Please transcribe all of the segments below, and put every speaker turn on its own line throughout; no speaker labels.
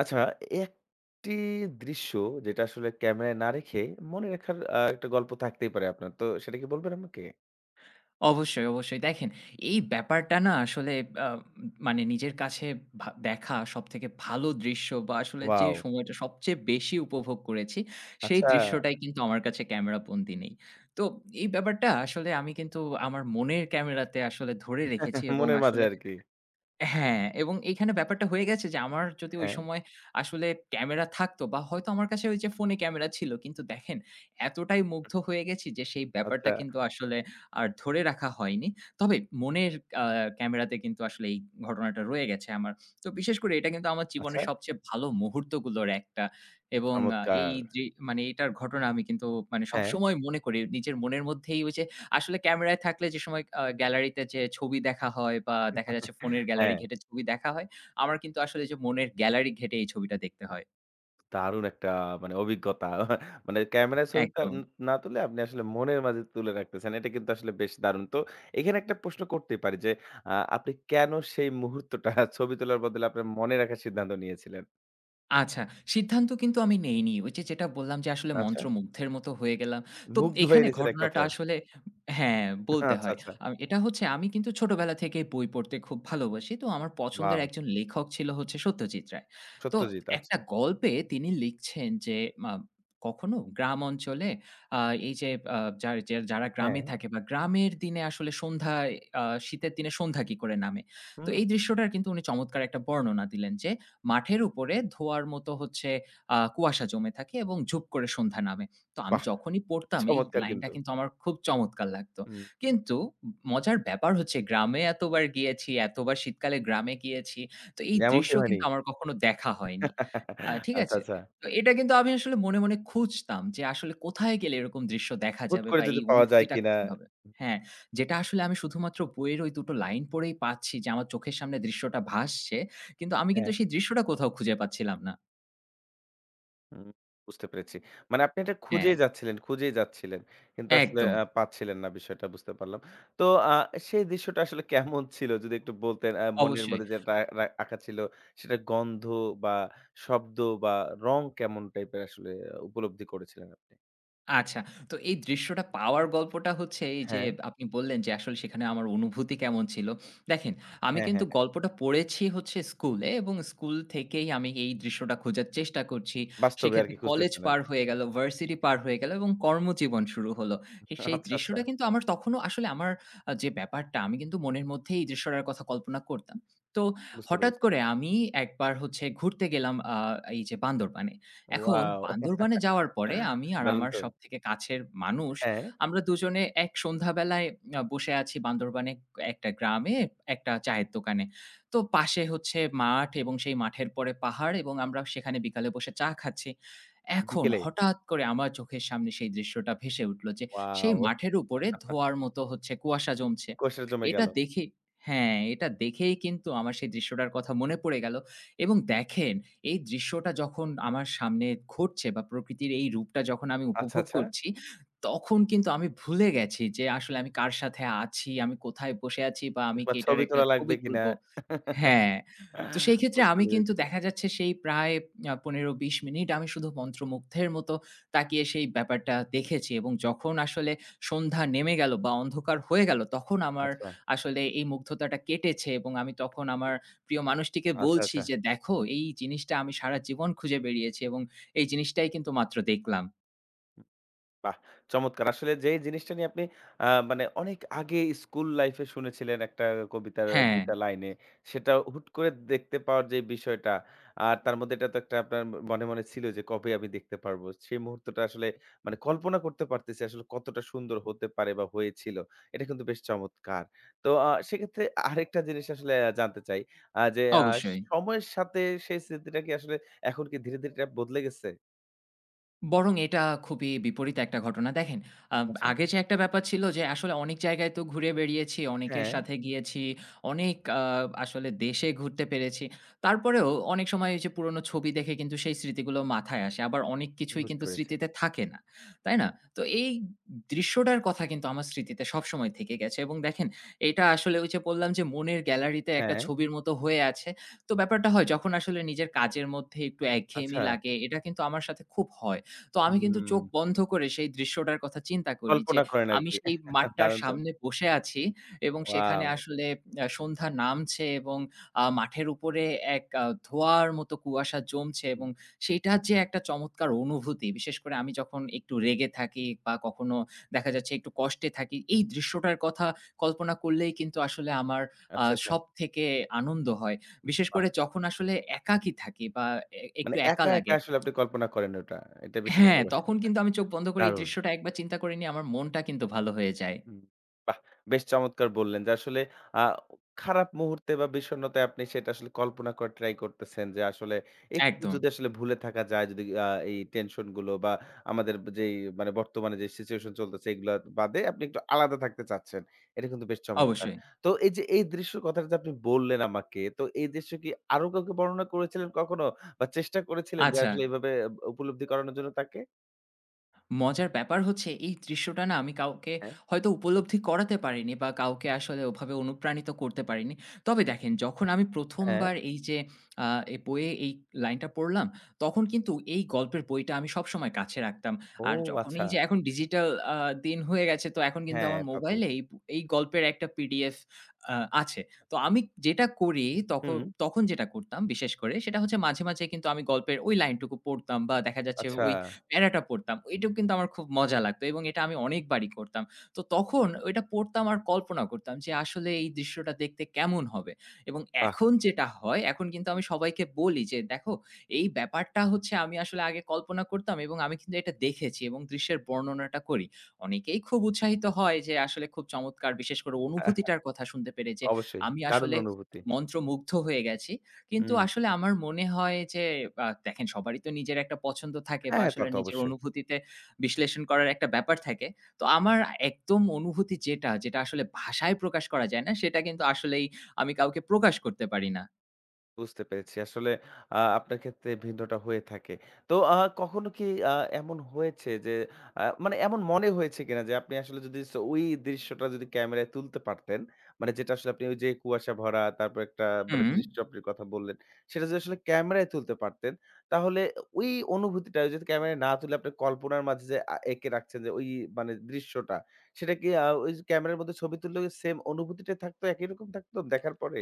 আচ্ছা, একটি দৃশ্য যেটা আসলে ক্যামেরায় না রেখে মনে রাখার একটা গল্প থাকতেই পারে আপনার। তো সেটা কি বলবেন আমাকে?
অবশ্যই, অবশ্যই। দেখেন, এই ব্যাপারটা না আসলে আ মানে নিজের কাছে দেখা সবথেকে ভালো দৃশ্য বা আসলে যে
ওয়াও!
সময়টা সবচেয়ে বেশি উপভোগ করেছি, সেই
আচ্ছা।
দৃশ্যটাই কিন্তু আমার কাছে ক্যামেরাবন্দী নেই। তো এই ব্যাপারটা আসলে আমি কিন্তু আমার মনের ক্যামেরাতে আসলে ধরে রেখেছি এবং
মনের মাঝে
আসলে
আরকি।
হ্যাঁ, এবং এইখানে ব্যাপারটা হয়ে গেছে যে আমার যদি ওই
হ্যাঁ,
সময় আসলে ক্যামেরা থাকতো বা হয়তো আমার কাছে ওই যে ফোনে ক্যামেরা ছিল। কিন্তু দেখেন এতটাই মুগ্ধ হয়ে গেছি যে সেই ব্যাপারটা
আচ্ছা,
কিন্তু আসলে আর ধরে রাখা হয়নি। তবে মনের আ ক্যামেরাতে কিন্তু আসলে এই ঘটনাটা রয়ে গেছে আমার। তো বিশেষ করে এটা কিন্তু আমার
আচ্ছা,
জীবনের সবচেয়ে ভালো মুহূর্তগুলোর একটা এবং এই
চমৎকার!
যে মানে এটার ঘটনা আমি কিন্তু মানে
হ্যাঁ,
সবসময় মনে করি নিজের মনের মধ্যেই ওই যে আসলে ক্যামেরায় থাকলে যে সময় গ্যালারিতে যে ছবি দেখা হয় বা দেখা যাচ্ছে ফোনের গ্যালারি
হ্যাঁ,
ঘেঁটে ছবি দেখা হয়, আমার কিন্তু আসলে যে মনের গ্যালারি ঘেঁটে এই ছবিটা দেখতে হয়।
দারুণ একটা মানে অভিজ্ঞতা। মানে ক্যামেরায় ছবি
একদম।
না তুলে আপনি আসলে মনের মাঝে তুলে রাখতেছেন। এটা কিন্তু আসলে বেশ দারুণ। তো এখানে একটা প্রশ্ন করতেই পারি যে, আপনি কেন সেই মুহূর্তটা ছবি তোলার বদলে আপনার মনে রাখার সিদ্ধান্ত নিয়েছিলেন?
আচ্ছা, সিদ্ধান্ত কিন্তু আমি নেইনি। ওই যে যেটা বললাম যে আসলে
আচ্ছা।
মন্ত্রমুগ্ধের মতো হয়ে গেলাম। তো
মুগ্ধ হয়ে
এখানে
নিয়েছেন এক
ঘটনাটা
কথায়।
আসলে হ্যাঁ, বলতে
আচ্ছা,
হয়।
আচ্ছা।
এটা হচ্ছে আমি কিন্তু ছোটবেলা থেকেই বই পড়তে খুব ভালোবাসি। তো আমার পছন্দের
ওয়াও!
একজন লেখক ছিল হচ্ছে সত্যজিৎ রায়। তো
সত্যজিৎ
একটা
আচ্ছা।
গল্পে তিনি লিখছেন যে মা কখনো গ্রাম অঞ্চলে আ এই যে যারা গ্রামে
হ্যাঁ।
থাকে বা গ্রামের দিনে আসলে সন্ধ্যায় শীতের দিনে সন্ধ্যা কি করে নামে। তো
হুম,
এই দৃশ্যটার কিন্তু উনি চমৎকার একটা বর্ণনা দিলেন যে মাঠের উপরে ধোঁয়ার মতো হচ্ছে কুয়াশা জমে থাকে এবং ঝুপ করে সন্ধ্যা নামে। তো আমি
বাহ!
যখনই পড়তাম এই
চমৎকার
লাইনটা
কিন্তু।
কিন্তু আমার খুব চমৎকার লাগতো।
হুম,
কিন্তু মজার ব্যাপার হচ্ছে গ্রামে এতবার গিয়েছি, এতবার শীতকালে গ্রামে গিয়েছি। তো এই দৃশ্য
এমনটি হয়নি।
কিন্তু আমার কখনো দেখা হয়নি। ঠিক
আচ্ছা,
আছে?
আচ্ছা।
তো এটা কিন্তু আমি আসলে মনে, মনে খুঁজতাম যে আসলে কোথায় গেলে এরকম দৃশ্য দেখা
হুট
যাবে
করে
বা এই
যদি পাওয়া যায়
অনুভূতিটা
কিনা?
কোথায় হবে? হ্যাঁ, যেটা আসলে আমি শুধুমাত্র বইয়ের ওই দুটো লাইন পড়েই পাচ্ছি যে আমার চোখের সামনে দৃশ্যটা ভাসছে। কিন্তু আমি কিন্তু
হ্যাঁ,
সেই দৃশ্যটা কোথাও খুঁজে পাচ্ছিলাম না।
হুম, বুঝতে পেরেছি। মানে আপনি এটা
হ্যাঁ,
খুঁজেই যাচ্ছিলেন, খুঁজেই যাচ্ছিলেন। কিন্তু আসলে
একদম।
পাচ্ছিলেন না বিষয়টা বুঝতে পারলাম। তো আ সেই দৃশ্যটা আসলে কেমন ছিল? যদি একটু বলতেন মনের
অবশ্যই।
মধ্যে যেটা আঁকা ছিল সেটা গন্ধ বা শব্দ বা রং কেমন টাইপের আসলে উপলব্ধি করেছিলেন আপনি?
আচ্ছা। তো এই দৃশ্যটা পাওয়ার গল্পটা হচ্ছে এই যে
হ্যাঁ,
আপনি বললেন যে আসলে সেখানে আমার অনুভূতি কেমন ছিল। দেখেন আমি
হ্যাঁ,
কিন্তু
হ্যাঁ।
গল্পটা পড়েছি হচ্ছে স্কুলে এবং স্কুল থেকেই আমি এই দৃশ্যটা খোঁজার চেষ্টা করছি।
বাস্তবে
সেক্ষেত্রে
আরকি
কলেজ
খুঁজতেছেন
পার
আরকি।
হয়ে গেল, ভার্সিটি পার হয়ে গেল এবং কর্মজীবন শুরু হলো। সেই
আচ্ছা, আচ্ছা
দৃশ্যটা কিন্তু আমার তখনও আসলে আমার যে ব্যাপারটা আমি কিন্তু মনের মধ্যেই এই দৃশ্যটার কথা কল্পনা করতাম। তো
বুঝতে
হঠাৎ
পেরেছি।
করে আমি একবার হচ্ছে ঘুরতে গেলাম এই যে বান্দরবানে। এখন
ওয়াও!
বান্দরবানে যাওয়ার পরে আমি আর
দারুণ
আমার
তো।
সবথেকে কাছের মানুষ,
হ্যাঁ,
আমরা দুজনে এক সন্ধ্যাবেলায় বসে আছি বান্দরবানে একটা গ্রামে একটা চায়ের দোকানে। তো পাশে হচ্ছে মাঠ এবং সেই মাঠের পরে পাহাড় এবং আমরা সেখানে বিকালে বসে চা খাচ্ছি। এখন
বিকেলে?
হঠাৎ করে আমার চোখের সামনে সেই দৃশ্যটা ভেসে উঠল যে, সেই
ওয়াও!
মাঠের উপরে ধোঁয়ার মতো হচ্ছে কুয়াশা জমছে।
কোষের জমে
এটা
গেল।
দেখে হ্যাঁ, এটা দেখেই কিন্তু আমার সেই দৃশ্যটার কথা মনে পড়ে গেল এবং দেখেন এই দৃশ্যটা যখন আমার সামনে ঘটছে বা প্রকৃতির এই রূপটা যখন আমি
আচ্ছা,
উপভোগ
আচ্ছা।
করছি, তখন কিন্তু আমি ভুলে গেছি যে আসলে আমি কার সাথে আছি, আমি কোথায় বসে আছি বা আমি
বা
কি এটার
ছবি
একটা
তোলা
ছবি
লাগবে কিনা?
তুলবো হ্যাঁ, তো সেই ক্ষেত্রে
বুঝতে
আমি কিন্তু
পেরেছি।
দেখা যাচ্ছে সেই প্রায় ১৫-২০ মিনিট আমি শুধু মন্ত্রমুগ্ধের মতো তাকিয়ে সেই ব্যাপারটা দেখেছি এবং যখন আসলে সন্ধ্যা নেমে গেল বা অন্ধকার হয়ে গেল, তখন আমার
আচ্ছা,
আসলে এই মুগ্ধতাটা কেটেছে এবং আমি তখন আমার প্রিয় মানুষটিকে
আচ্ছা,
বলছি
আচ্ছা।
যে, "দেখো এই জিনিসটা আমি সারা জীবন খুঁজে বেড়িয়েছি এবং এই জিনিসটাই কিন্তু মাত্র দেখলাম"।
বাহ! চমৎকার। আসলে যেই জিনিসটা নিয়ে আপনি মানে অনেক আগে স্কুল লাইফে শুনেছিলেন একটা কবিতার
হ্যাঁ,
২ টা লাইনে। সেটা হুট করে দেখতে পাওয়ার যে বিষয়টা, আর তার মধ্যে এটা তো একটা আপনার মনে ছিল যে কবে আমি দেখতে পারবো। সেই মুহূর্তটা আসলে মানে কল্পনা করতে পারতেছি আসলে কতটা সুন্দর হতে পারে বা হয়েছিল। এটা কিন্তু বেশ চমৎকার। তো সেক্ষেত্রে আরেকটা জিনিস আসলে জানতে চাই যে
অবশ্যই।
সময়ের সাথে সেই স্মৃতিটা কি আসলে এখন কি ধীরে, ধীরে এটা বদলে গেছে?
বরং এটা খুবই বিপরীত একটা ঘটনা। দেখেন, আ
আচ্ছা।
আগে যে একটা ব্যাপার ছিল যে আসলে অনেক জায়গায় তো ঘুরে বেড়িয়েছি, অনেকের
হ্যাঁ,
সাথে গিয়েছি, অনেক আসলে দেশে ঘুরতে পেরেছি। তারপরেও অনেক সময় ওই যে পুরনো ছবি দেখে কিন্তু সেই স্মৃতিগুলো মাথায় আসে। আবার অনেক কিছুই
বুঝতে
কিন্তু
পেরেছি।
স্মৃতিতে থাকে না। তাই না? তো এই দৃশ্যটার কথা কিন্তু আমার স্মৃতিতে সবসময় থেকে গেছে এবং দেখেন এটা আসলে ওই যে বললাম যে মনের গ্যালারিতে একটা
হ্যাঁ।
ছবির মতো হয়ে আছে। তো ব্যাপারটা হয় যখন আসলে নিজের কাজের মধ্যে একটু একঘেয়েমি
আচ্ছা,
লাগে, এটা কিন্তু আমার সাথে খুব হয়। তো আমি কিন্তু
হুম।
চোখ বন্ধ করে সেই দৃশ্যটার কথা চিন্তা করি যে,
কল্পনা করেন
আমি
আরকি।
সেই মাঠটার
দারুণ তো।
সামনে বসে আছি এবং সেখানে
ওয়াও!
আসলে সন্ধ্যা নামছে এবং মাঠের উপরে এক ধোঁয়ার মতো কুয়াশা জমছে
হুম,
এবং সেইটার যে একটা চমৎকার অনুভূতি, বিশেষ করে আমি যখন একটু রেগে থাকি বা কখনো দেখা যাচ্ছে একটু কষ্টে থাকি, এই দৃশ্যটার কথা কল্পনা করলেই কিন্তু আসলে আমার
আচ্ছা, আচ্ছা।
সবথেকে আনন্দ হয়। বিশেষ
বাহ!
করে যখন আসলে একাকী থাকি বা একটু
মানে
একা
একা, একা
লাগে
আসলে আপনি কল্পনা করেন ওটা। এটা বেশি
হ্যাঁ,
ভালোবাসেন।
তখন কিন্তু আমি চোখ বন্ধ করে এই
দারুণ।
দৃশ্যটা একবার চিন্তা করে নিয়ে আমার মনটা কিন্তু ভালো হয়ে যায়।
হুম, বাহ! বেশ চমৎকার বললেন যে আসলে আ খারাপ মুহূর্তে বা বিষণ্ণতায় আপনি সেটা আসলে কল্পনা করে ট্রাই করতেছেন যে আসলে একটু
একদম,
যদি আসলে ভুলে থাকা যায় যদি এই টেনশন গুলো বা আমাদের যেই মানে বর্তমানে যে সিচুয়েশন চলতেছে এগুলা বাদে আপনি একটু আলাদা থাকতে চাচ্ছেন। এটা কিন্তু বেশ চমৎকার।
অবশ্যই।
তো এই যে এই দৃশ্যর কথাটা যে আপনি বললেন আমাকে, তো এই দৃশ্য কি আরো কাউকে বর্ণনা করেছিলেন কখনো বা চেষ্টা করেছিলেন যে
আচ্ছা।
আসলে এভাবে উপলব্ধি করানোর জন্য তাকে?
মজার ব্যাপার হচ্ছে এই দৃশ্যটা না আমি কাউকে
হ্যাঁ,
হয়তো উপলব্ধি করাতে পারিনি বা কাউকে আসলে ওভাবে অনুপ্রাণিত করতে পারিনি। তবে দেখেন যখন আমি ১ম
হ্যাঁ।
বার এই যে আ এই বইয়ে এই লাইনটা পড়লাম, তখন কিন্তু এই গল্পের বইটা আমি সবসময় কাছে রাখতাম।
ও
আর যখন এই
আচ্ছা।
যে এখন ডিজিটাল আ দিন হয়ে গেছে তো এখন কিন্তু
হ্যাঁ,
আমার
তা তো
মোবাইলে
অবশ্যই।
এই গল্পের একটা পিডিএফ আ আছে। তো আমি যেটা করি তখ
হুম।
তখন যেটা করতাম বিশেষ করে সেটা হচ্ছে মাঝে, মাঝে কিন্তু আমি গল্পের ওই লাইনটুকু পড়তাম বা দেখা যাচ্ছে
আচ্ছা,
ওই প্যারাটা পড়তাম। এটাও কিন্তু আমার খুব মজা লাগতো এবং এটা আমি অনেকবারই করতাম। তো তখন ওইটা পড়তাম আর কল্পনা করতাম যে আসলে এই দৃশ্যটা দেখতে কেমন হবে? এবং
বাহ!
এখন যেটা হয়, এখন কিন্তু আমি সবাইকে বলি যে, "দেখো এই ব্যাপারটা হচ্ছে আমি আসলে আগে কল্পনা করতাম এবং আমি কিন্তু এটা দেখেছি এবং দৃশ্যের বর্ণনাটা করি।" অনেকেই খুব উৎসাহিত হয় যে আসলে খুব চমৎকার বিশেষ করে অনুভূতিটার কথা শুনতে পেরে যে
অবশ্যই
আমি
দারুণ
আসলে
অনুভূতি।
মন্ত্রমুগ্ধ হয়ে গেছি। কিন্তু
হুম।
আসলে আমার মনে হয় যে দেখেন সবারই তো নিজের একটা পছন্দ থাকে
হ্যাঁ,
বা
হ্যাঁ, তা
আসলে
তো
নিজের
অবশ্যই।
অনুভূতিতে বিশ্লেষণ করার একটা ব্যাপার থাকে। তো আমার একদম অনুভূতি যেটা, যেটা আসলে ভাষায় প্রকাশ করা যায় না, সেটা কিন্তু আসলেই আমি কাউকে প্রকাশ করতে পারি না।
বুঝতে পেরেছি। আসলে আপনার ক্ষেত্রে ভিন্নটা হয়ে থাকে। তো কখনো কি আ এমন হয়েছে যে মানে এমন মনে হয়েছে কিনা যে আপনি আসলে যদি ওই দৃশ্যটা যদি ক্যামেরায় তুলতে পারতেন, মানে যেটা আসলে আপনি ওই যে কুয়াশা ভরা তারপর একটা মানে
হুম।
দৃশ্য আপনি কথা বললেন, সেটা যদি আসলে ক্যামেরায় তুলতে পারতেন, তাহলে ওই অনুভূতিটা যদি ক্যামেরায় না তুলে আপনি কল্পনার মাঝে যে এঁকে রাখছেন যে ওই মানে দৃশ্যটা, সেটা কি ওই যে ক্যামেরার মধ্যে ছবি তুললেও সেম অনুভূতিটাই থাকতো, একই রকম থাকতো দেখার পরে?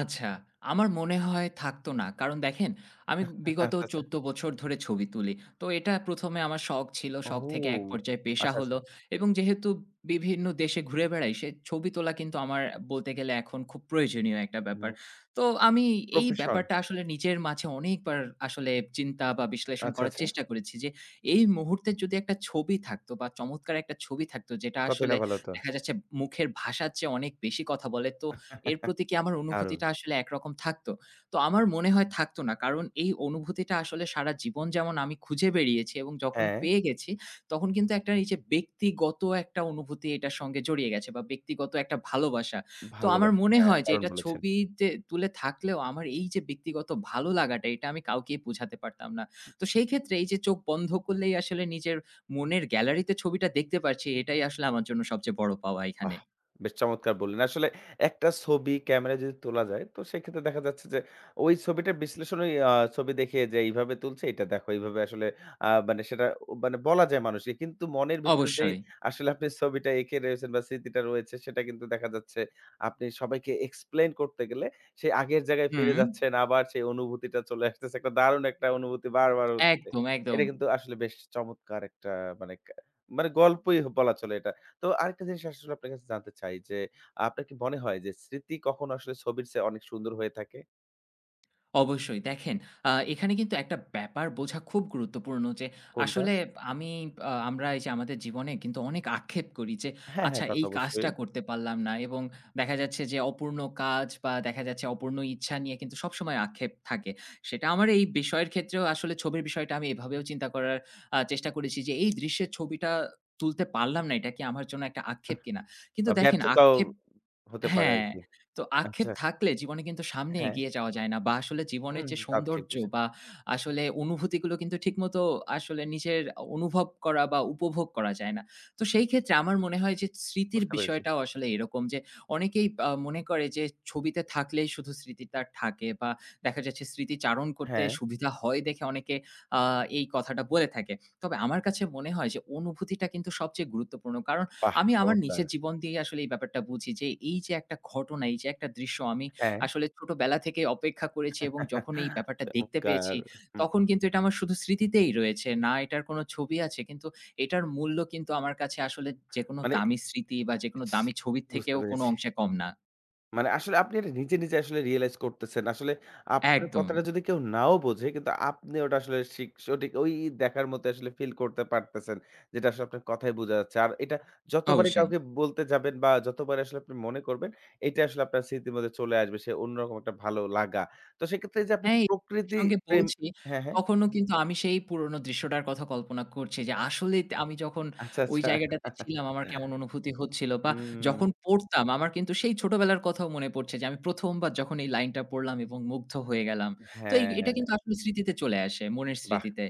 আচ্ছা, আমার মনে হয় থাকতো না। কারণ দেখেন, আমি
আচ্ছা
বিগত
আচ্ছা
১৪ বছর ধরে ছবি তুলি। তো এটা ১ম এ আমার শখ ছিল। শখ থেকে এক
ও!
পর্যায়ে পেশা
আচ্ছা,
হলো
আচ্ছা।
এবং যেহেতু বিভিন্ন দেশে ঘুরে বেড়াই, সে ছবি তোলা কিন্তু আমার বলতে গেলে এখন খুব প্রয়োজনীয় একটা
হুম,
ব্যাপার। তো আমি এই
প্রফেশন।
ব্যাপারটা আসলে নিজের মাঝে অনেকবার আসলে চিন্তা বা বিশ্লেষণ
আচ্ছা,
করার
আচ্ছা।
চেষ্টা করেছি যে, এই মুহূর্তে যদি একটা ছবি থাকতো বা চমৎকার একটা ছবি থাকতো যেটা
কতই
আসলে
না ভালো তো।
দেখা যাচ্ছে মুখের ভাষার চেয়ে অনেক বেশি কথা বলে। তো এর প্রতি কি আমার
দারুণ।
অনুভূতিটা আসলে একরকম থাকতো? তো আমার মনে হয় থাকতো না। কারণ এই অনুভূতিটা আসলে সারা জীবন যেমন আমি খুঁজে বেরিয়েছি এবং যখন
হ্যাঁ,
পেয়ে গেছি, তখন কিন্তু একটা এই যে ব্যক্তিগত একটা অনুভূতি এটার সঙ্গে জড়িয়ে গেছে বা ব্যক্তিগত একটা ভালোবাসা। তো আমার
ভালোবাসা।
মনে
হ্যাঁ,
হয় যে
দারুণ
এটা
বলেছেন।
ছবিতে তুলে থাকলেও আমার এই যে ব্যক্তিগত ভালো লাগাটা, এটা আমি কাউকেই বোঝাতে পারতাম না। তো সেই ক্ষেত্রে এই যে চোখ বন্ধ করলেই আসলে নিজের মনের গ্যালারিতে ছবিটা দেখতে পারছি, এটাই আসলে আমার জন্য সবচেয়ে বড় পাওয়া এখানে।
বাহ! বেশ চমৎকার বললেন। আসলে একটা ছবি ক্যামেরায় যদি তোলা যায়, তো সেক্ষেত্রে দেখা যাচ্ছে যে ওই ছবিটা বিশ্লেষণ ওই ছবি দেখে যে এইভাবে তুলছে, এটা দেখো এইভাবে আসলে মানে সেটা ও মানে বলা যায় মানুষকে। কিন্তু মনের ভিতরে যেই
অবশ্যই।
আসলে আপনি ছবিটা এঁকে রয়েছেন বা স্মৃতিটা রয়েছে, সেটা কিন্তু দেখা যাচ্ছে আপনি সবাইকে এক্সপ্লেইন করতে গেলে সেই আগের জায়গায়
হুম।
ফিরে যাচ্ছেন। আবার সেই অনুভূতিটা চলে আসতেছে। একটা দারুণ একটা অনুভূতি বারবার হচ্ছে।
একদম, একদম।
এটা কিন্তু আসলে বেশ চমৎকার একটা মানে মানে গল্পই বলা চলে এটা। তো আরেকটা জিনিস আসলে আপনার কাছে জানতে চাই যে, আপনার কি মনে হয় যে স্মৃতি কখনো আসলে ছবির চেয়ে অনেক সুন্দর হয়ে থাকে?
অবশ্যই। দেখেন, এখানে কিন্তু একটা ব্যাপার বোঝা খুব গুরুত্বপূর্ণ যে
কোনটা?
আসলে আমি আ আমরা এই যে আমাদের জীবনে কিন্তু অনেক আক্ষেপ করি যে,
হ্যাঁ, হ্যাঁ,
আচ্ছা
তা তো
এই কাজটা
অবশ্যই।
করতে পারলাম না এবং দেখা যাচ্ছে যে অপূর্ণ কাজ বা দেখা যাচ্ছে অপূর্ণ ইচ্ছা নিয়ে কিন্তু সবসময় আক্ষেপ থাকে। সেটা আমার এই বিষয়ের ক্ষেত্রেও আসলে ছবির বিষয়টা আমি এভাবেও চিন্তা করার চেষ্টা করেছি যে এই দৃশ্যের ছবিটা তুলতে পারলাম না এটা কি আমার জন্য একটা আক্ষেপ কিনা? কিন্তু
বা
দেখেন
ব্যর্থতাও
আক্ষেপ
হতে পারে
হ্যাঁ,
আরকি।
তো আক্ষেপ
আচ্ছা,
থাকলে জীবনে কিন্তু সামনে
হ্যাঁ।
এগিয়ে যাওয়া যায় না বা আসলে জীবনের
হুম,
যে
তা তো ঠিক
সৌন্দর্য
বলছেন।
বা আসলে অনুভূতিগুলো কিন্তু ঠিকমতো আসলে নিজের অনুভব করা বা উপভোগ করা যায় না। তো সেই ক্ষেত্রে আমার মনে হয় যে স্মৃতির
বুঝতে পেরেছি।
বিষয়টাও আসলে এরকম যে অনেকেই মনে করে যে ছবিতে থাকলেই শুধু স্মৃতিটা থাকে বা দেখা যাচ্ছে স্মৃতিচারণ করতে
হ্যাঁ,
সুবিধা হয় দেখে অনেকে আ এই কথাটা বলে থাকে। তবে আমার কাছে মনে হয় যে অনুভূতিটা কিন্তু সবচেয়ে গুরুত্বপূর্ণ। কারণ
বাহ!
আমি আমার
চমৎকার।
নিজের জীবন দিয়েই আসলে এই ব্যাপারটা বুঝি যে, এই যে একটা ঘটনা, এই যে একটা দৃশ্য আমি
হ্যাঁ,
আসলে ছোটবেলা থেকে অপেক্ষা করেছি এবং যখন এই ব্যাপারটা দেখতে পেয়েছি,
চমৎকার। হুম,
তখন কিন্তু এটা আমার শুধু স্মৃতিতেই রয়েছে। না এটার কোনো ছবি আছে, কিন্তু এটার মূল্য কিন্তু আমার কাছে আসলে যেকোনো
মানে
দামি স্মৃতি বা যেকোনো দামি ছবির
বুঝতে
থেকেও কোনো
পেরেছি।
অংশে কম না।
মানে আসলে আপনি এটা নিজে, নিজে আসলে রিয়ালাইজ করতেছেন। আসলে আপনার
একদম,
কথাটা যদি কেউ নাও বোঝে কিন্তু আপনি ওটা আসলে সঠিক ওই দেখার মতো আসলে ফিল করতে পারতেছেন। যেটা আসলে আপনার কথায় বোঝা যাচ্ছে। আর এটা যতবারই
অবশ্যই।
কাউকে বলতে যাবেন বা যতবারই আসলে আপনি মনে করবেন, এটা আসলে আপনার স্মৃতির মধ্যে চলে আসবে। সে অন্যরকম একটা ভালো লাগা। তো সেক্ষেত্রে এইযে আপনি
হ্যাঁ, এই যে আপনার
প্রকৃতি
সঙ্গে
প্রেম
বলছি,
হ্যাঁ, হ্যাঁ।
তখনও কিন্তু আমি সেই পুরনো দৃশ্যটার কথা কল্পনা করছি যে আসলেই তে আমি যখন
আচ্ছা,
ওই
আচ্ছা।
জায়গাটাতে ছিলাম আমার কেমন অনুভূতি হচ্ছিল বা
হুম,
যখন পড়তাম আমার কিন্তু সেই ছোটবেলার কথাও মনে পড়ছে যে আমি ১ম বার যখন এই লাইনটা পড়লাম এবং মুগ্ধ হয়ে গেলাম। তো এই এটা কিন্তু
হ্যাঁ,
আসলে স্মৃতিতে চলে আসে, মনের
বাহ!
স্মৃতিতে।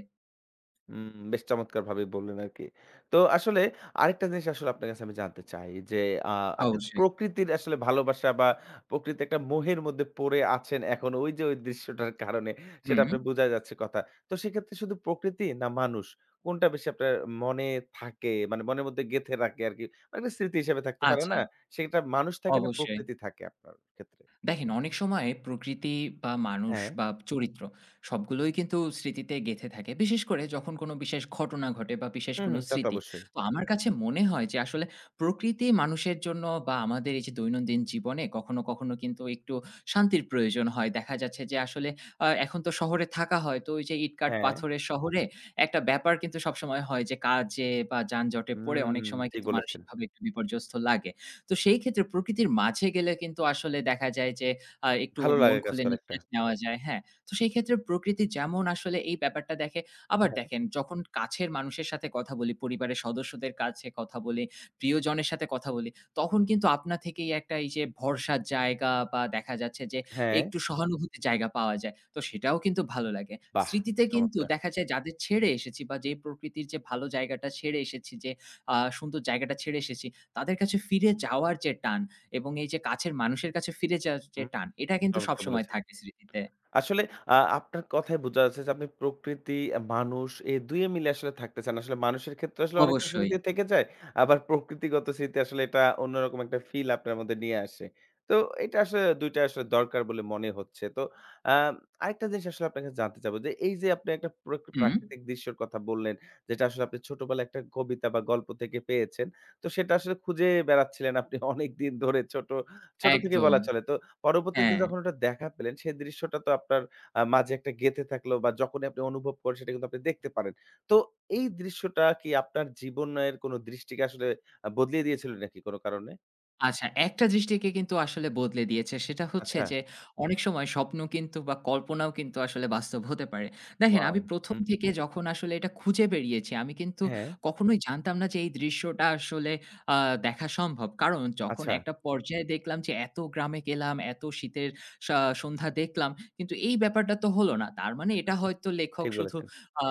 হুম, বেশ চমৎকারভাবে বললেন আরকি। তো আসলে আরেকটা জিনিস আসলে আপনার কাছে আমি জানতে চাই যে, আ আপনি তো
অবশ্যই।
প্রকৃতির আসলে ভালোবাসা বা প্রকৃতির একটা মোহের মধ্যে পড়ে আছেন এখন ওই যে ওই দৃশ্যটার কারণে সেটা
হুম,
আপনার বোঝা যাচ্ছে কথা। তো সেক্ষেত্রে শুধু প্রকৃতি না মানুষ কোনটা বেশি আপনার মনে থাকে মানে মনের মধ্যে গেঁথে রাখে আরকি মানে একটা স্মৃতি হিসেবে থাকতে পারে
আচ্ছা,
না? সেটা মানুষ থাকে না
অবশ্যই।
প্রকৃতি থাকে আপনার ক্ষেত্রে?
দেখেন অনেক সময় প্রকৃতি বা মানুষ
হ্যাঁ,
বা চরিত্র সবগুলোই কিন্তু স্মৃতিতে গেঁথে থাকে বিশেষ করে যখন কোনো বিশেষ ঘটনা ঘটে বা বিশেষ
হুম,
কোনো
হুম, তা তো
স্মৃতি
অবশ্যই।
তো আমার কাছে মনে হয় যে আসলে প্রকৃতি মানুষের জন্য বা আমাদের এই যে দৈনন্দিন জীবনে কখনো কখনো কিন্তু একটু শান্তির প্রয়োজন হয় দেখা যাচ্ছে যে আসলে আহ, এখন তো শহরে থাকা হয় তো ওই যে ইটকাট
হ্যাঁ,
পাথরের শহরে একটা ব্যাপার কিন্তু সবসময় হয় যে কাজে বা যানজটে পড়ে অনেক
হুম,
সময়
ঠিক
কিন্তু
বলেছেন।
মানসিকভাবে একটু বিপর্যস্ত লাগে তো সেই ক্ষেত্রে প্রকৃতির মাঝে গেলে কিন্তু আসলে দেখা যায় যে একটু
ভালো
মন
লাগা কাজ
খুলে
করে একটা।
নিঃশ্বাস নেওয়া যায়, হ্যাঁ? তো সেই ক্ষেত্রে প্রকৃতি যেমন আসলে এই ব্যাপারটা দেখে, আবার
হ্যাঁ,
দেখেন যখন কাছের মানুষের সাথে কথা বলি, পরিবারের সদস্যদের কাছে কথা বলি, প্রিয়জনের সাথে কথা বলি, তখন কিন্তু আপনা থেকেই একটা এই যে ভরসার জায়গা বা দেখা যাচ্ছে যে
হ্যাঁ।
একটু সহানুভূতির জায়গা পাওয়া যায়। তো সেটাও কিন্তু ভালো লাগে।
বাহ!
স্মৃতিতে কিন্তু
চমৎকার।
দেখা যায় যাদের ছেড়ে এসেছি বা যে প্রকৃতির যে ভালো জায়গাটা ছেড়ে এসেছি যে সুন্দর জায়গাটা ছেড়ে এসেছি তাদের কাছে ফিরে যাওয়ার যে টান এবং এই যে কাছের মানুষের কাছে ফিরে যাওয়ার যে
হুম,
টান, এটা কিন্তু
চমৎকার
সবসময়
বলেছেন।
থাকে স্মৃতিতে।
আসলে আপনার কথায় বোঝা যাচ্ছে যে আপনি প্রকৃতি, মানুষ এই ২ এ মিলে আসলে থাকতে চান। আসলে মানুষের ক্ষেত্রে আসলে অনেকটা
অবশ্যই।
স্মৃতি থেকে যায়। আবার প্রকৃতিগত স্মৃতি আসলে এটা অন্যরকম একটা ফিল আপনার মধ্যে নিয়ে আসে। তো এটা আসলে ২ টা আসলে দরকার বলে মনে হচ্ছে। তো আ আরেকটা জিনিস আসলে আপনার কাছে জানতে চাবো যে এই যে আপনি একটা
হুম,
প্রাকৃতিক দৃশ্যর কথা বললেন, যেটা আসলে আপনি ছোটবেলায় একটা কবিতা বা গল্প থেকে পেয়েছেন। তো সেটা আসলে খুঁজে বেড়াচ্ছিলেন আপনি অনেকদিন ধরে ছোট, ছোট থেকে
একদম।
বলা চলে। তো পরবর্তীতে
হ্যাঁ।
যখন ওটা দেখা পেলেন, সেই দৃশ্যটা তো আপনার মাঝে একটা গেঁথে থাকলো বা যখনই আপনি অনুভব করেন সেটা কিন্তু আপনি দেখতে পারেন। তো এই দৃশ্যটা কি আপনার জীবনের কোনো দৃষ্টিকে আসলে বদলিয়ে দিয়েছিল নাকি কোনো কারণে?
আচ্ছা, একটা দৃষ্টিকে কিন্তু আসলে বদলে দিয়েছে। সেটা হচ্ছে
আচ্ছা।
যে অনেক সময় স্বপ্ন কিন্তু বা কল্পনাও কিন্তু আসলে বাস্তব হতে পারে। দেখেন
ওয়াও!
আমি ১ম
হুম,
থেকে যখন আসলে এটা খুঁজে বেরিয়েছি, আমি কিন্তু
হ্যাঁ,
কখনোই জানতাম না যে এই দৃশ্যটা আসলে আ দেখা সম্ভব। কারণ যখন
আচ্ছা
একটা পর্যায়ে দেখলাম যে এত গ্রামে গেলাম, এত শীতের সা সন্ধ্যা দেখলাম, কিন্তু এই ব্যাপারটা তো হলো না। তার মানে এটা হয়তো লেখক
ঠিক
শুধু
বলেছেন।
আ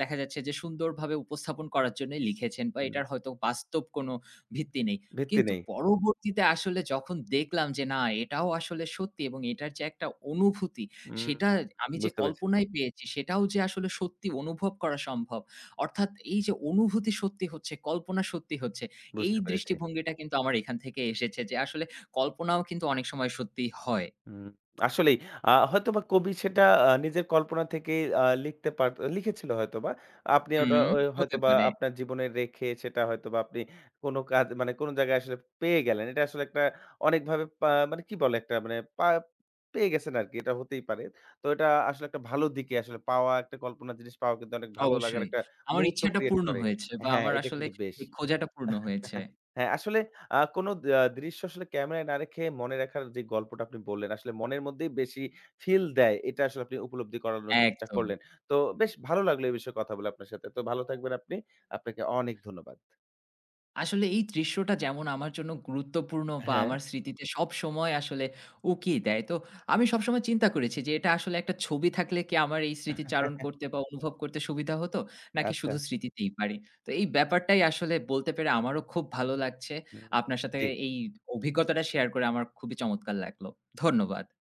দেখা যাচ্ছে যে সুন্দরভাবে উপস্থাপন করার জন্যই লিখেছেন বা
হুম,
এটার হয়তো বাস্তব কোনো ভিত্তি নেই।
ভিত্তি
কিন্তু
নেই।
পরবর্তীতে আসলে যখন দেখলাম যে না এটাও আসলে সত্যি এবং এটার যে একটা অনুভূতি
হুম,
সেটা আমি যে
বুঝতে পেরেছি,
কল্পনায় পেয়েছি সেটাও যে আসলে সত্যি অনুভব করা সম্ভব। অর্থাৎ এই যে অনুভূতি সত্যি হচ্ছে, কল্পনা সত্যি হচ্ছে এই
বুঝতে পেরেছি।
দৃষ্টিভঙ্গিটা কিন্তু আমার এখান থেকে এসেছে যে আসলে কল্পনাও কিন্তু অনেক সময় সত্যি হয়।
হুম, আসলেই হয়তোবা কবি সেটা নিজের কল্পনা থেকেই আ লিখতে পার লিখেছিল হয়তোবা। আপনি ওটা
হুম,
ও
হতে
হয়তোবা
পারে।
আপনার জীবনে রেখে সেটা হয়তোবা আপনি কোন কাজ মানে কোন জায়গায় আসলে পেয়ে গেলেন। এটা আসলে একটা অনেকভাবে মানে কি বলে একটা মানে পেয়ে গেছেন আরকি। এটা হতেই পারে। তো এটা আসলে একটা ভালো দিকে আসলে পাওয়া একটা কল্পনার জিনিস পাওয়া কিন্তু অনেক ভালো লাগার
অবশ্যই।
একটা
আমার
মুহূর্ত
ইচ্ছাটা
ক্রিয়েট
পূর্ণ
করে।
হয়েছে বা
হ্যাঁ,
আমার
এটা
আসলে
কিন্তু বেশ।
এই খোঁজাটা পূর্ণ হয়েছে।
হ্যাঁ, আসলে কোনো দৃশ্য আসলে ক্যামেরায় না রেখে মনে রাখার যে গল্পটা আপনি বললেন, আসলে মনের মধ্যেই বেশি ফিল দেয়। এটা আসলে আপনি উপলব্ধি করানোর চেষ্টা
একদম।
করলেন। তো বেশ ভালো লাগলো এই বিষয়ে কথা বলে আপনার সাথে। তো ভালো থাকবেন আপনি। আপনাকে অনেক ধন্যবাদ।
আসলে এই দৃশ্যটা যেমন আমার জন্য গুরুত্বপূর্ণ বা
হ্যাঁ।
আমার স্মৃতিতে সবসময় আসলে উকি দেয়। তো আমি সবসময় চিন্তা করেছি যে এটা আসলে একটা ছবি থাকলে কি আমার এই স্মৃতিচারণ করতে বা অনুভব করতে সুবিধা হতো? নাকি
আচ্ছা।
শুধু স্মৃতিতেই পারি? তো এই ব্যাপারটাই আসলে বলতে পেরে আমারও খুব ভালো লাগছে।
হুম।
আপনার সাথে
জি।
এই অভিজ্ঞতাটা শেয়ার করে আমার খুবই চমৎকার লাগলো। ধন্যবাদ।